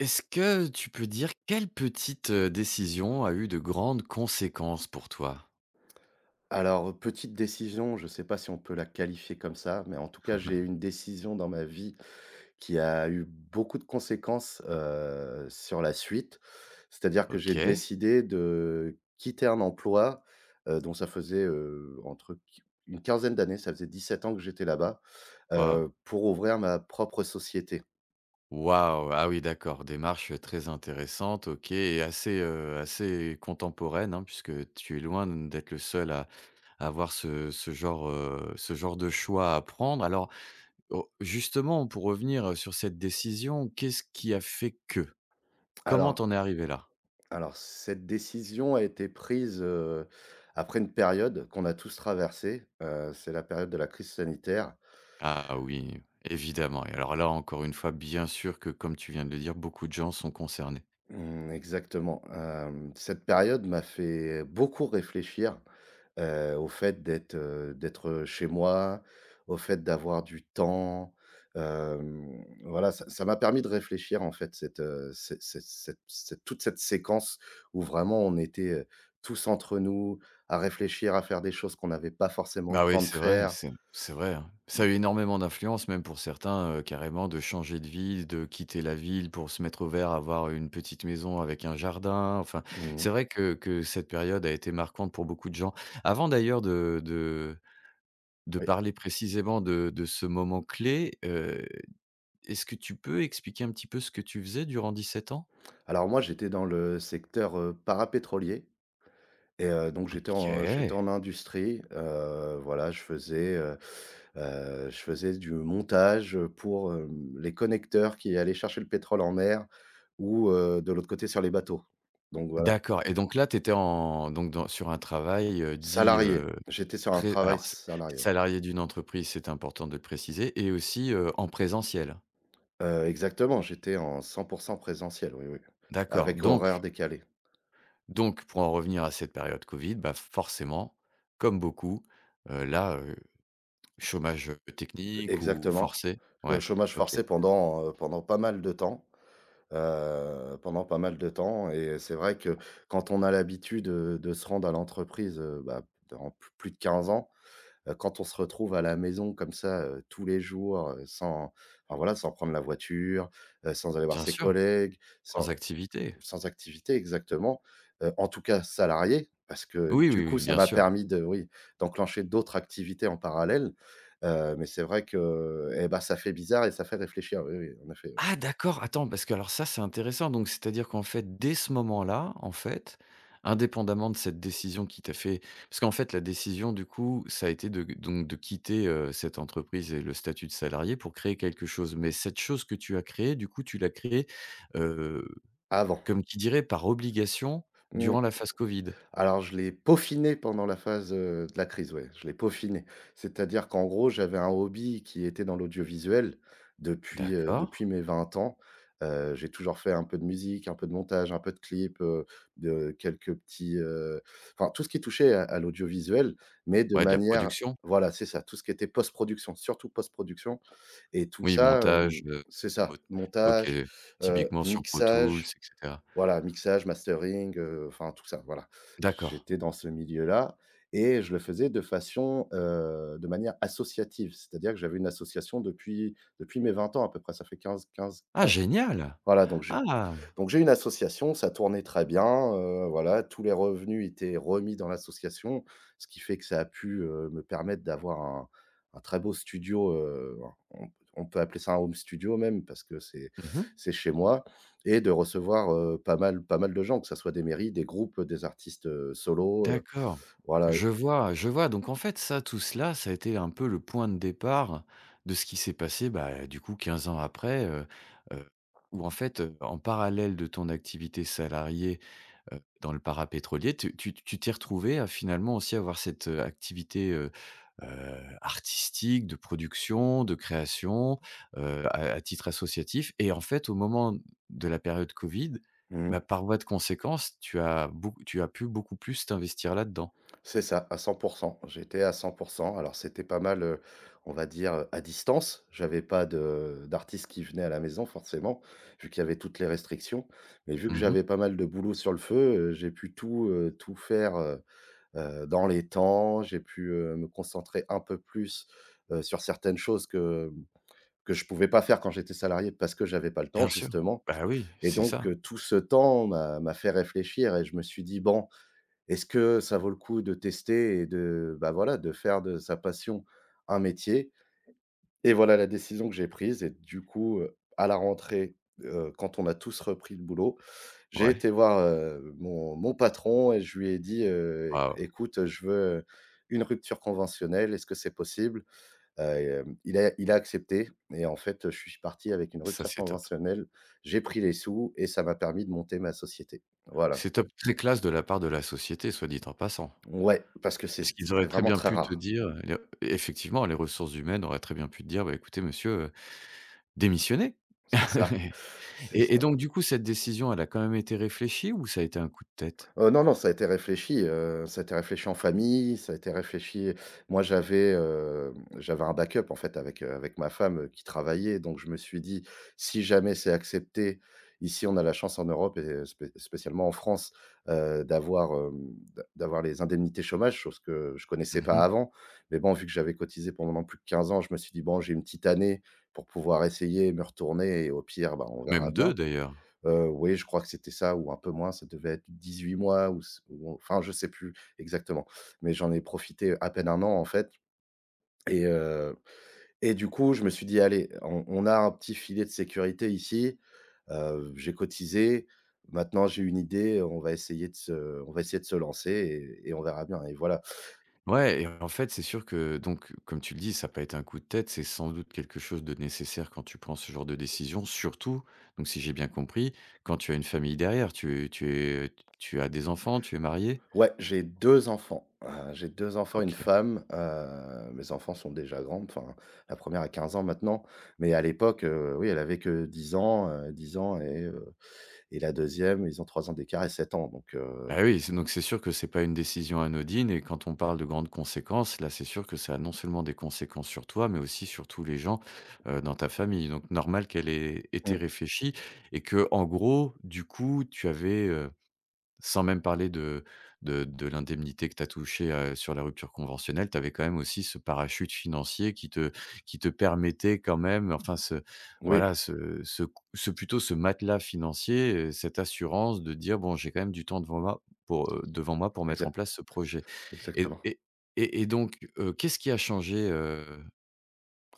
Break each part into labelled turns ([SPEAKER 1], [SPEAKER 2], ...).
[SPEAKER 1] Est-ce que tu peux dire quelle petite, décision a eu de grandes conséquences pour toi?
[SPEAKER 2] Alors, petite décision, je ne sais pas si on peut la qualifier comme ça, mais en tout cas, j'ai eu une décision dans ma vie qui a eu beaucoup de conséquences, sur la suite. C'est-à-dire que j'ai
[SPEAKER 1] OK.
[SPEAKER 2] décidé de quitter un emploi, dont ça faisait, entre q une quinzaine d'années, ça faisait 17 ans que j'étais là-bas,
[SPEAKER 1] Waouh!
[SPEAKER 2] pour ouvrir ma propre société.
[SPEAKER 1] Waouh! Ah oui, d'accord, démarche, très intéressante, OK et assez, assez contemporaine, hein, puisque tu es loin d'être le seul à avoir ce genre, ce genre de choix à prendre. Alors, oh, justement, pour revenir, sur cette décision, qu'est-ce qui a fait que? Comment
[SPEAKER 2] Alors
[SPEAKER 1] t'en es arrivé là?
[SPEAKER 2] alors cette décision a été prise, après une période qu'on a tous traversée, c'est la période de la crise sanitaire.
[SPEAKER 1] Ah oui, évidemment et alors là, encore une fois, bien sûr que comme tu viens de le dire, beaucoup de gens sont concernés.
[SPEAKER 2] Mmh, exactement. Cette période m'a fait beaucoup réfléchir, au fait d'être chez moi, au fait d'avoir du temps. Voilà, ça m'a permis de réfléchir, en fait, cette, cette cette cette cette toute cette séquence où vraiment on était, tous entre nous, à réfléchir, à faire des choses qu'on n'avait pas forcément le
[SPEAKER 1] Bah oui,
[SPEAKER 2] temps de
[SPEAKER 1] c'est vrai,
[SPEAKER 2] faire.
[SPEAKER 1] c'est vrai, hein. Ça
[SPEAKER 2] Mmh,
[SPEAKER 1] a eu énormément d'influence, même pour certains, carrément de changer de ville, de quitter la ville pour se mettre au vert, avoir une petite maison avec un jardin. Enfin,
[SPEAKER 2] mmh,
[SPEAKER 1] c'est vrai que cette période a été marquante pour beaucoup de gens. Avant d'ailleurs de
[SPEAKER 2] oui.
[SPEAKER 1] parler précisément de ce moment clé, est-ce que tu peux expliquer un petit peu ce que tu faisais durant 17 ans?
[SPEAKER 2] Alors moi, j'étais dans le secteur, parapétrolier. Et donc j'étais en j'étais
[SPEAKER 1] OK.
[SPEAKER 2] en industrie, voilà, je faisais du montage, pour, les connecteurs qui allaient chercher le pétrole en mer ou, de l'autre côté sur les bateaux. Donc voilà,
[SPEAKER 1] D'accord et donc là, tu étais en donc dans sur un travail, dit,
[SPEAKER 2] salarié, j'étais sur un
[SPEAKER 1] pré
[SPEAKER 2] travail
[SPEAKER 1] alors s
[SPEAKER 2] salarié.
[SPEAKER 1] salarié d'une entreprise, c'est important de le préciser et aussi, en présentiel?
[SPEAKER 2] Exactement, j'étais en 100% présentiel, oui, oui,
[SPEAKER 1] D'accord,
[SPEAKER 2] avec
[SPEAKER 1] donc
[SPEAKER 2] horaires décalés.
[SPEAKER 1] donc pour en revenir à cette période covid, bah, forcément, comme beaucoup, heu, là, heu, chômage, technique ou
[SPEAKER 2] Exactement,
[SPEAKER 1] forcé? Ouais,
[SPEAKER 2] chômage
[SPEAKER 1] OK.
[SPEAKER 2] forcé pendant, pas mal de temps. Pendant pas mal de temps et c'est vrai que quand on a l'habitude, de se rendre à l'entreprise, bah, durant p plus de 15 ans, quand on se retrouve à la maison comme ça, tous les jours, sans enfin voilà, sans prendre la voiture, sans aller voir
[SPEAKER 1] Bien
[SPEAKER 2] ses
[SPEAKER 1] sûr,
[SPEAKER 2] collègues,
[SPEAKER 1] sans activité.
[SPEAKER 2] sans activité, exactement, en tout cas salarié, parce que
[SPEAKER 1] Oui,
[SPEAKER 2] du
[SPEAKER 1] oui,
[SPEAKER 2] coup,
[SPEAKER 1] oui,
[SPEAKER 2] ça
[SPEAKER 1] bien
[SPEAKER 2] m'a
[SPEAKER 1] sûr.
[SPEAKER 2] permis de oui, d'enclencher d'autres activités en parallèle, mais c'est vrai que et bah, ça fait bizarre et ça fait réfléchir, oui, oui, en effet, ouais.
[SPEAKER 1] Ah d'accord, attends, parce que alors ça, c'est intéressant. Donc c'est-à-dire qu'en fait, dès ce moment-là, en fait, indépendamment de cette décision qui t'a fait parce qu'en fait la décision du coup, ça a été de donc de quitter, cette entreprise et le statut de salarié pour créer quelque chose. Mais cette chose que tu as créée, du coup, tu l'as créée, heu,
[SPEAKER 2] Avant.
[SPEAKER 1] comme qui dirait par obligation
[SPEAKER 2] Mmh.
[SPEAKER 1] durant la phase Covid?
[SPEAKER 2] Alors, je l'ai peaufiné pendant la phase, de la crise, ouais, je l'ai peaufiné. C'est-à-dire qu'en gros, j'avais un hobby qui était dans l'audiovisuel depuis, heu,
[SPEAKER 1] D'accord.
[SPEAKER 2] depuis mes 20 ans. J'ai toujours fait un peu de musique, un peu de montage, un peu de clip, de quelques petits, enfin, tout ce qui touchait à l'audiovisuel, mais de
[SPEAKER 1] Ouais, de la
[SPEAKER 2] manière
[SPEAKER 1] production?
[SPEAKER 2] voilà, c'est ça, tout ce qui était post-production, surtout post-production et tout
[SPEAKER 1] Oui,
[SPEAKER 2] ça,
[SPEAKER 1] montage,
[SPEAKER 2] hem c'est
[SPEAKER 1] mot
[SPEAKER 2] ça,
[SPEAKER 1] OK,
[SPEAKER 2] montage,
[SPEAKER 1] typiquement sur Pro Tools
[SPEAKER 2] mixage
[SPEAKER 1] et cetera.
[SPEAKER 2] voilà, mixage, mastering, enfin tout ça, voilà.
[SPEAKER 1] D'accord.
[SPEAKER 2] J'étais dans ce milieu-là et je le faisais de façon, de manière associative. C'est-à-dire que j'avais une association depuis mes 20 ans à peu près, ça fait
[SPEAKER 1] Ah
[SPEAKER 2] 15,
[SPEAKER 1] génial!
[SPEAKER 2] voilà donc j'ai.
[SPEAKER 1] Ah!
[SPEAKER 2] Donc j'ai une association, ça tournait très bien, voilà, tous les revenus étaient remis dans l'association, ce qui fait que ça a pu, me permettre d'avoir un très beau studio, on on peut appeler ça un home studio même parce que c'est
[SPEAKER 1] Mmh mh.
[SPEAKER 2] c'est chez moi et de recevoir, pas mal de gens, que ça soit des mairies, des groupes, des artistes, solos,
[SPEAKER 1] D'accord.
[SPEAKER 2] voilà.
[SPEAKER 1] Je vois donc en fait ça, tout cela, ça a été un peu le point de départ de ce qui s'est passé, bah, du coup 15 ans après, heu, où en fait, en parallèle de ton activité salariée dans le parapétrolier. Tu t'es retrouvé à finalement aussi avoir cette, activité, artistique, de production, de création, à titre associatif et en fait, au moment de la période covid, bah,
[SPEAKER 2] Mmh.
[SPEAKER 1] par voie de conséquence, tu as pu beaucoup plus t'investir là-dedans.
[SPEAKER 2] C'est ça, à 100%. J'étais à 100%. Alors c'était pas mal, on va dire, à distance. J'avais pas de d'artistes qui venaient à la maison forcément, vu qu'il y avait toutes les restrictions. Mais vu que
[SPEAKER 1] Mmh.
[SPEAKER 2] j'avais pas mal de boulot sur le feu, j'ai pu tout faire, dans les temps. J'ai pu, me concentrer un peu plus, sur certaines choses que je pouvais pas faire quand j'étais salarié parce que j'avais pas le temps
[SPEAKER 1] Bien sûr.
[SPEAKER 2] justement.
[SPEAKER 1] Bah, oui,
[SPEAKER 2] Et
[SPEAKER 1] c'est
[SPEAKER 2] donc,
[SPEAKER 1] ça.
[SPEAKER 2] tout ce temps m'a fait réfléchir et je me suis dit: «Bon, est-ce que ça vaut le coup de tester et bah, voilà, de faire de sa passion un métier? Et voilà la décision que j'ai prise et du coup, à la rentrée, quand on a tous repris le boulot, j'ai
[SPEAKER 1] Ouais.
[SPEAKER 2] été voir, mon patron et je lui ai dit: «Éc
[SPEAKER 1] Waouh,
[SPEAKER 2] écoute, je veux une rupture conventionnelle, est-ce que c'est possible?» heu, il a accepté et en fait, je suis parti avec une
[SPEAKER 1] ça,
[SPEAKER 2] rupture
[SPEAKER 1] c'est top.
[SPEAKER 2] conventionnelle, j'ai pris les sous et ça m'a permis de monter ma société. Voilà.
[SPEAKER 1] C'est top. Très classe de la part de la société, soit dit en passant.
[SPEAKER 2] Ouais, parce que c'est
[SPEAKER 1] Parce qu'ils
[SPEAKER 2] c'est
[SPEAKER 1] auraient très
[SPEAKER 2] vraiment
[SPEAKER 1] bien
[SPEAKER 2] très
[SPEAKER 1] pu te
[SPEAKER 2] rare.
[SPEAKER 1] dire, effectivement, les ressources humaines auraient très bien pu te dire: «Bah, écoutez monsieur, démissionnez».
[SPEAKER 2] C'est ça, c'est
[SPEAKER 1] Et
[SPEAKER 2] ça.
[SPEAKER 1] donc du coup, cette décision, elle a quand même été réfléchie ou ça a été un coup de tête?
[SPEAKER 2] Non, non, ça a été réfléchi, ça a été réfléchi en famille, ça a été réfléchi, moi j'avais un backup en fait avec ma femme, qui travaillait, donc je me suis dit: «Si jamais c'est accepté», ici on a la chance en Europe et spécialement en France, d'avoir, hem, d'a d'avoir les indemnités chômage, chose que je connaissais pas
[SPEAKER 1] Mmh.
[SPEAKER 2] avant. Mais bon, vu que j'avais cotisé pendant plus de 15 ans, je me suis dit: «Bon, j'ai une petite année pour pouvoir essayer, me retourner et au pire, bah, on verra
[SPEAKER 1] Même 2
[SPEAKER 2] bien».
[SPEAKER 1] d'ailleurs.
[SPEAKER 2] Oui, je crois que c'était ça ou un peu moins, ça devait être 18 mois ou, enfin, je sais plus exactement, mais j'en ai profité à peine un an, en fait, et du coup, je me suis dit: «Allez, on a un petit filet de sécurité ici, j'ai cotisé, maintenant j'ai une idée, on va essayer de se on va essayer de se lancer et on verra bien» et voilà.
[SPEAKER 1] Ouais et en fait, c'est sûr que donc comme tu le dis, ça a pas été un coup de tête, c'est sans doute quelque chose de nécessaire quand tu prends ce genre de décision, surtout, donc si j'ai bien compris, quand tu as une famille derrière. Tu as des enfants? Tu es marié.
[SPEAKER 2] Ouais, j'ai 2 enfants, une
[SPEAKER 1] OK.
[SPEAKER 2] femme, mes enfants sont déjà grands, enfin, la première a 15 ans maintenant, mais à l'époque, oui, elle avait que dix ans et la deuxième, ils ont 3 ans d'écart et 7 ans, donc
[SPEAKER 1] Bah, oui, c'est donc c'est sûr que c'est pas une décision anodine et quand on parle de grandes conséquences, là, c'est sûr que ça a non seulement des conséquences sur toi, mais aussi sur tous les gens, dans ta famille. Donc normal qu'elle ait été
[SPEAKER 2] mmh,
[SPEAKER 1] réfléchie et que, en gros, du coup, tu avais, sans même parler de l'indemnité que tu as touchée, sur la rupture conventionnelle, tu avais quand même aussi ce parachute financier qui te permettait quand même, enfin ce
[SPEAKER 2] oui,
[SPEAKER 1] voilà, ce ce plutôt ce matelas financier, cette assurance de dire: «Bon, j'ai quand même du temps devant moi pour mettre en
[SPEAKER 2] exact
[SPEAKER 1] place ce projet» et
[SPEAKER 2] exactement.
[SPEAKER 1] et et donc qu'est-ce qui a changé,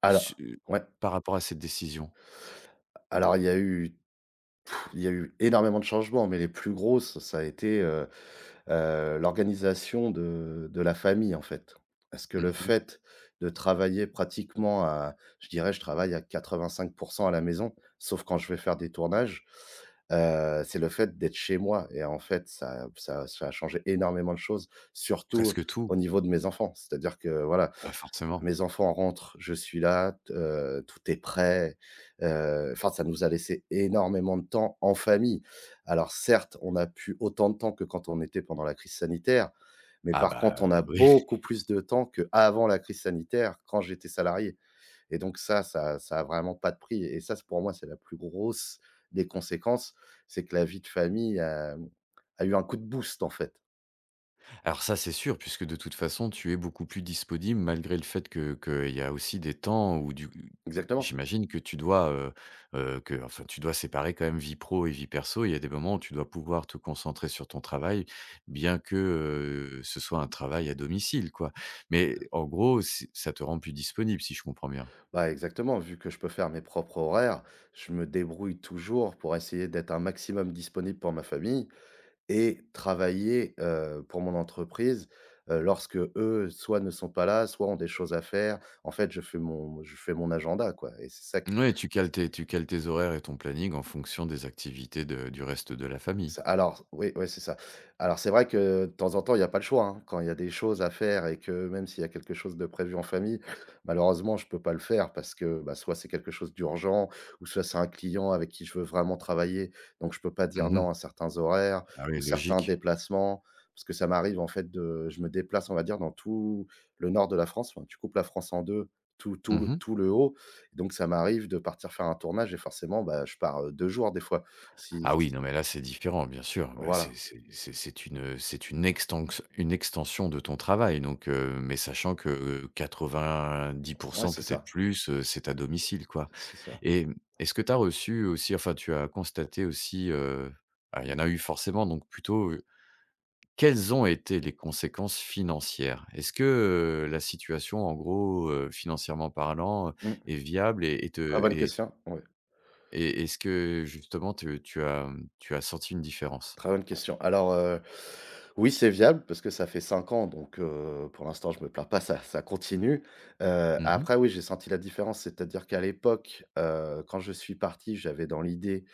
[SPEAKER 2] Alors
[SPEAKER 1] su
[SPEAKER 2] ouais,
[SPEAKER 1] par rapport à cette décision?
[SPEAKER 2] alors il y a eu énormément de changements, mais les plus grosses, ça a été, l'organisation de la famille, en fait. Parce que le
[SPEAKER 1] Mmh.
[SPEAKER 2] fait de travailler pratiquement à, je dirais, je travaille à 85% à la maison, sauf quand je vais faire des tournages, c'est le fait d'être chez moi et en fait, ça a changé énormément de choses, surtout
[SPEAKER 1] Presque tout.
[SPEAKER 2] au niveau de mes enfants. C'est-à-dire que voilà,
[SPEAKER 1] Ah forcément.
[SPEAKER 2] mes enfants rentrent, je suis là, t tout est prêt, enfin, ça nous a laissé énormément de temps en famille. Alors certes, on n'a plus autant de temps que quand on était pendant la crise sanitaire, mais
[SPEAKER 1] Ah
[SPEAKER 2] par contre,
[SPEAKER 1] bah,
[SPEAKER 2] on a
[SPEAKER 1] oui.
[SPEAKER 2] beaucoup plus de temps qu'avant la crise sanitaire, quand j'étais salarié, et donc ça a vraiment pas de prix, et ça, c'est pour moi, c'est la plus grosse des conséquences, c'est que la vie de famille a eu un coup de boost, en fait.
[SPEAKER 1] Alors ça, c'est sûr, puisque de toute façon, tu es beaucoup plus disponible malgré le fait que qu'il y a aussi des temps où du
[SPEAKER 2] Exactement.
[SPEAKER 1] j'imagine que tu dois, que enfin, tu dois séparer quand même vie pro et vie perso. Il y a des moments où tu dois pouvoir te concentrer sur ton travail, bien que, ce soit un travail à domicile, quoi. Mais en gros, c'est ça te rend plus disponible, si je comprends bien?
[SPEAKER 2] Bah, exactement, vu que je peux faire mes propres horaires, je me débrouille toujours pour essayer d'être un maximum disponible pour ma famille et travailler, pour mon entreprise, lorsque eux, soit ne sont pas là, soit ont des choses à faire. En fait, je fais mon agenda, quoi, et c'est ça qui...
[SPEAKER 1] Ouais, tu cales tes horaires et ton planning en fonction des activités de du reste de la
[SPEAKER 2] Ça
[SPEAKER 1] famille.
[SPEAKER 2] alors, oui, ouais, c'est ça. Alors c'est vrai que de temps en temps, il y a pas le choix, hein. Quand il y a des choses à faire et que même s'il y a quelque chose de prévu en famille, malheureusement, je peux pas le faire parce que, bah, soit c'est quelque chose d'urgent, ou soit c'est un client avec qui je veux vraiment travailler, donc je peux pas dire
[SPEAKER 1] Mmh.
[SPEAKER 2] non à certains horaires
[SPEAKER 1] Ah
[SPEAKER 2] ou
[SPEAKER 1] oui,
[SPEAKER 2] certains
[SPEAKER 1] logique.
[SPEAKER 2] déplacements. Parce que ça m'arrive en fait de... je me déplace, on va dire, dans tout le nord de la France, enfin, tu coupes la France en deux, tout tout le
[SPEAKER 1] Mmh.
[SPEAKER 2] tout le haut, donc ça m'arrive de partir faire un tournage et forcément, bah, je pars, 2 jours des fois, si
[SPEAKER 1] Ah oui,
[SPEAKER 2] si,
[SPEAKER 1] non mais là, c'est différent, bien sûr. Bah,
[SPEAKER 2] voilà.
[SPEAKER 1] c'est une extenx une extension de ton travail donc mais sachant que, quatre-vingt-dix pour
[SPEAKER 2] Ouais,
[SPEAKER 1] cent,
[SPEAKER 2] c'est
[SPEAKER 1] peut-être
[SPEAKER 2] ça,
[SPEAKER 1] plus, c'est à domicile, quoi
[SPEAKER 2] c'est ça.
[SPEAKER 1] et mmh, est-ce que tu as reçu aussi enfin, tu as constaté aussi, ah, il y en a eu forcément donc plutôt, quelles ont été les conséquences financières? Est-ce que, la situation en gros, financièrement parlant,
[SPEAKER 2] Mmh.
[SPEAKER 1] est viable
[SPEAKER 2] Très bonne question, oui,
[SPEAKER 1] et est-ce que justement te tu as, mmh, tu as senti une différence?
[SPEAKER 2] très bonne question. Alors, oui, c'est viable parce que ça fait 5 ans, donc pour l'instant, je me plains pas, ça continue.
[SPEAKER 1] Mmh mh.
[SPEAKER 2] Après, oui, j'ai senti la différence, c'est-à-dire qu'à l'époque, quand je suis parti, j'avais dans l'idée,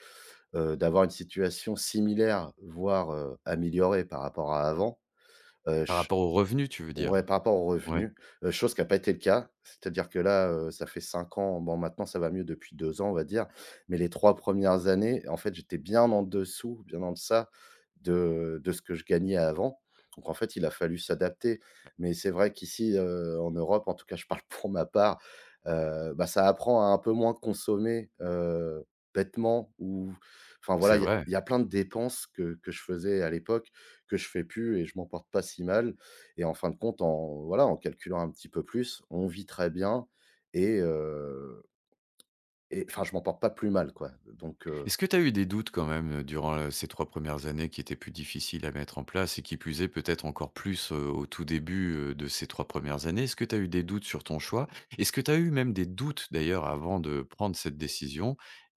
[SPEAKER 2] d'avoir une situation similaire, voire, améliorée par rapport à avant. Heu,
[SPEAKER 1] Par rapport aux revenus, tu veux
[SPEAKER 2] Ouais,
[SPEAKER 1] dire?
[SPEAKER 2] par rapport aux
[SPEAKER 1] Ouais,
[SPEAKER 2] revenus, chose qui n'a pas été le cas. C'est-à-dire que là, ça fait 5 ans, bon, maintenant ça va mieux depuis 2 ans, on va dire, mais les 3 premières années, en fait, j'étais bien en dessous, bien en deçà de ce que je gagnais avant. Donc en fait, il a fallu s'adapter. Mais c'est vrai qu'ici, en Europe, en tout cas je parle pour ma part, ça apprend à un peu moins consommer, bêtement ou enfin voilà,
[SPEAKER 1] c'est
[SPEAKER 2] il y a
[SPEAKER 1] vrai.
[SPEAKER 2] il y a plein de dépenses que je faisais à l'époque, que je fais plus et je m'en porte pas si mal et en fin de compte, en voilà, en calculant un petit peu plus, on vit très bien et et enfin, je m'en porte pas plus mal, quoi.
[SPEAKER 1] Est-ce que tu as eu des doutes quand même, durant, ces 3 premières années qui étaient plus difficiles à mettre en place et qui plus est peut-être encore plus, au tout début, de ces 3 premières années? Est-ce que tu as eu des doutes sur ton choix? Est-ce que tu as eu même des doutes d'ailleurs avant de prendre cette décision?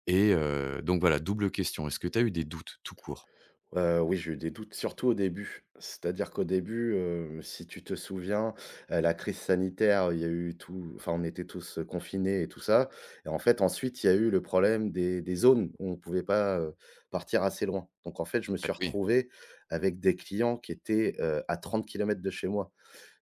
[SPEAKER 1] Et donc voilà, double question, est-ce que tu as eu des doutes tout court?
[SPEAKER 2] Oui, j'ai eu des doutes, surtout au début. C'est-à-dire qu'au début, si tu te souviens, la crise sanitaire, il y a eu tout enfin, on était tous, confinés et tout ça et en fait, ensuite, il y a eu le problème des zones où on ne pouvait pas, partir assez loin. Donc en fait, je me
[SPEAKER 1] Ah
[SPEAKER 2] suis
[SPEAKER 1] oui.
[SPEAKER 2] retrouvé avec des clients qui étaient, à 30 kilomètres de chez moi.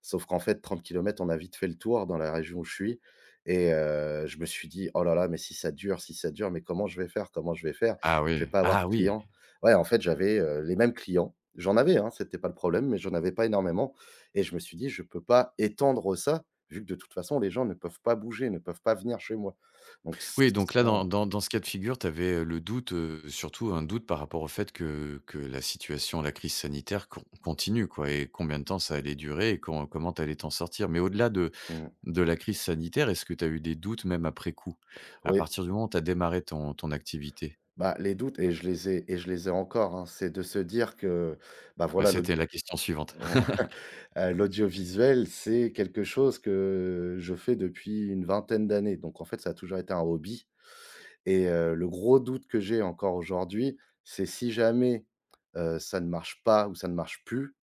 [SPEAKER 2] Sauf qu'en fait, 30 kilomètres, on a vite fait le tour dans la région où je suis et je me suis dit: «Oh là là, mais si ça dure si ça dure, mais comment je vais faire? Comment je vais faire?
[SPEAKER 1] Ah
[SPEAKER 2] Je
[SPEAKER 1] oui.
[SPEAKER 2] vais pas avoir de
[SPEAKER 1] Ah oui!
[SPEAKER 2] clients». Ouais, en fait, j'avais, les mêmes clients. J'en avais, hein, c'était pas le problème, mais j'en avais pas énormément et je me suis dit: «Je peux pas étendre ça, vu que de toute façon, les gens ne peuvent pas bouger, ne peuvent pas venir chez moi». Donc
[SPEAKER 1] Oui, donc là, dans
[SPEAKER 2] ça
[SPEAKER 1] dans dans ce cas de figure, tu avais, le doute, surtout un doute par rapport au fait que la situation, la crise sanitaire continue, quoi et combien de temps ça allait durer et comment tu allais t'en sortir? Mais au-delà
[SPEAKER 2] mmh.
[SPEAKER 1] de la crise sanitaire, est-ce que tu as eu des doutes même après coup? À
[SPEAKER 2] Oui,
[SPEAKER 1] partir du moment où tu as démarré ton activité?
[SPEAKER 2] bah, les doutes et je les ai et je les ai encore, hein. C'est de se dire que, bah,
[SPEAKER 1] Ah,
[SPEAKER 2] voilà le
[SPEAKER 1] c'était la question suivante.
[SPEAKER 2] L'audiovisuel, c'est quelque chose que je fais depuis une vingtaine d'années, donc en fait, ça a toujours été un hobby et le gros doute que j'ai encore aujourd'hui, c'est si jamais, ça ne marche pas ou ça ne marche plus.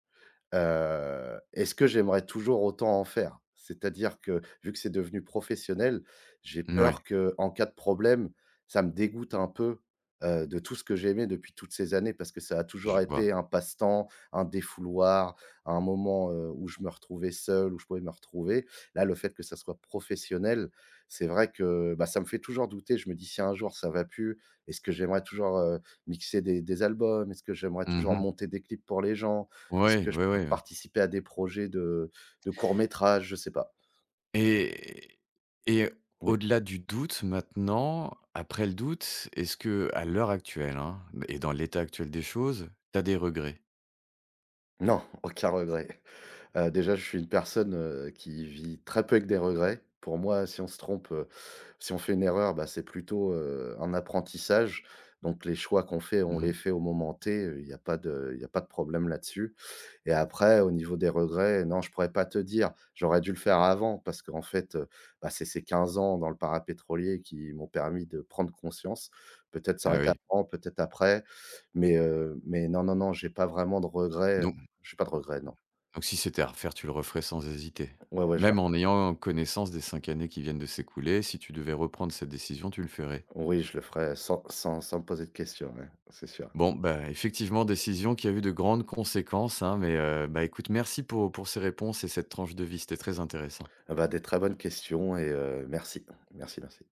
[SPEAKER 2] Est-ce que j'aimerais toujours autant en faire? C'est-à-dire que, vu que c'est devenu professionnel, j'ai
[SPEAKER 1] Mouais,
[SPEAKER 2] peur que en cas de problème, ça me dégoûte un peu, de tout ce que j'aimais depuis toutes ces années parce que ça a
[SPEAKER 1] je
[SPEAKER 2] toujours
[SPEAKER 1] vois.
[SPEAKER 2] été un passe-temps, un défouloir, un moment, où je me retrouvais seul, où je pouvais me retrouver. Là, le fait que ça soit professionnel, c'est vrai que, bah, ça me fait toujours douter. Je me dis: «Si un jour ça va plus, est-ce que j'aimerais toujours, mixer des albums? Est-ce que j'aimerais
[SPEAKER 1] Mmh
[SPEAKER 2] toujours
[SPEAKER 1] mh.
[SPEAKER 2] monter des clips pour les gens?» Est-ce
[SPEAKER 1] Ouais,
[SPEAKER 2] que je
[SPEAKER 1] ouais,
[SPEAKER 2] peux
[SPEAKER 1] ouais.
[SPEAKER 2] participer à des projets de courts métrages? Je sais pas.
[SPEAKER 1] Et et
[SPEAKER 2] Oui.
[SPEAKER 1] au-delà du doute maintenant, après le doute, est-ce que à l'heure actuelle, hein, et dans l'état actuel des choses, tu as des regrets?
[SPEAKER 2] Non, aucun regret. Déjà, je suis une personne, qui vit très peu avec des regrets. Pour moi, si on se trompe, si on fait une erreur, bah, c'est plutôt, un apprentissage. Donc les choix qu'on fait, on les
[SPEAKER 1] Mmh.
[SPEAKER 2] fait au moment T, il n'y a pas de il y a pas de problème là-dessus. Et après, au niveau des regrets, non, je pourrais pas te dire. J'aurais dû le faire avant parce qu'en fait, c'est ces 15 ans dans le parapétrolier qui m'ont permis de prendre conscience. Peut-être ça aurait
[SPEAKER 1] Ah
[SPEAKER 2] été
[SPEAKER 1] oui,
[SPEAKER 2] avant, peut-être après, mais non, non, non, j'ai pas vraiment de regrets.
[SPEAKER 1] donc
[SPEAKER 2] J'ai pas de regrets, non.
[SPEAKER 1] donc si c'était à refaire, tu le referais sans hésiter?
[SPEAKER 2] Ouais, ouais, je le...
[SPEAKER 1] Même en ayant connaissance des 5 années qui viennent de s'écouler, si tu devais reprendre cette décision, tu le ferais?
[SPEAKER 2] Oui, je le ferai sans me poser de questions, ouais, c'est sûr.
[SPEAKER 1] Bon, bah, effectivement, décision qui a eu de grandes conséquences, hein, mais bah, écoute, merci pour ces réponses et cette tranche de vie, c'était très intéressant.
[SPEAKER 2] Ah bah, des très bonnes questions et merci. Merci, merci.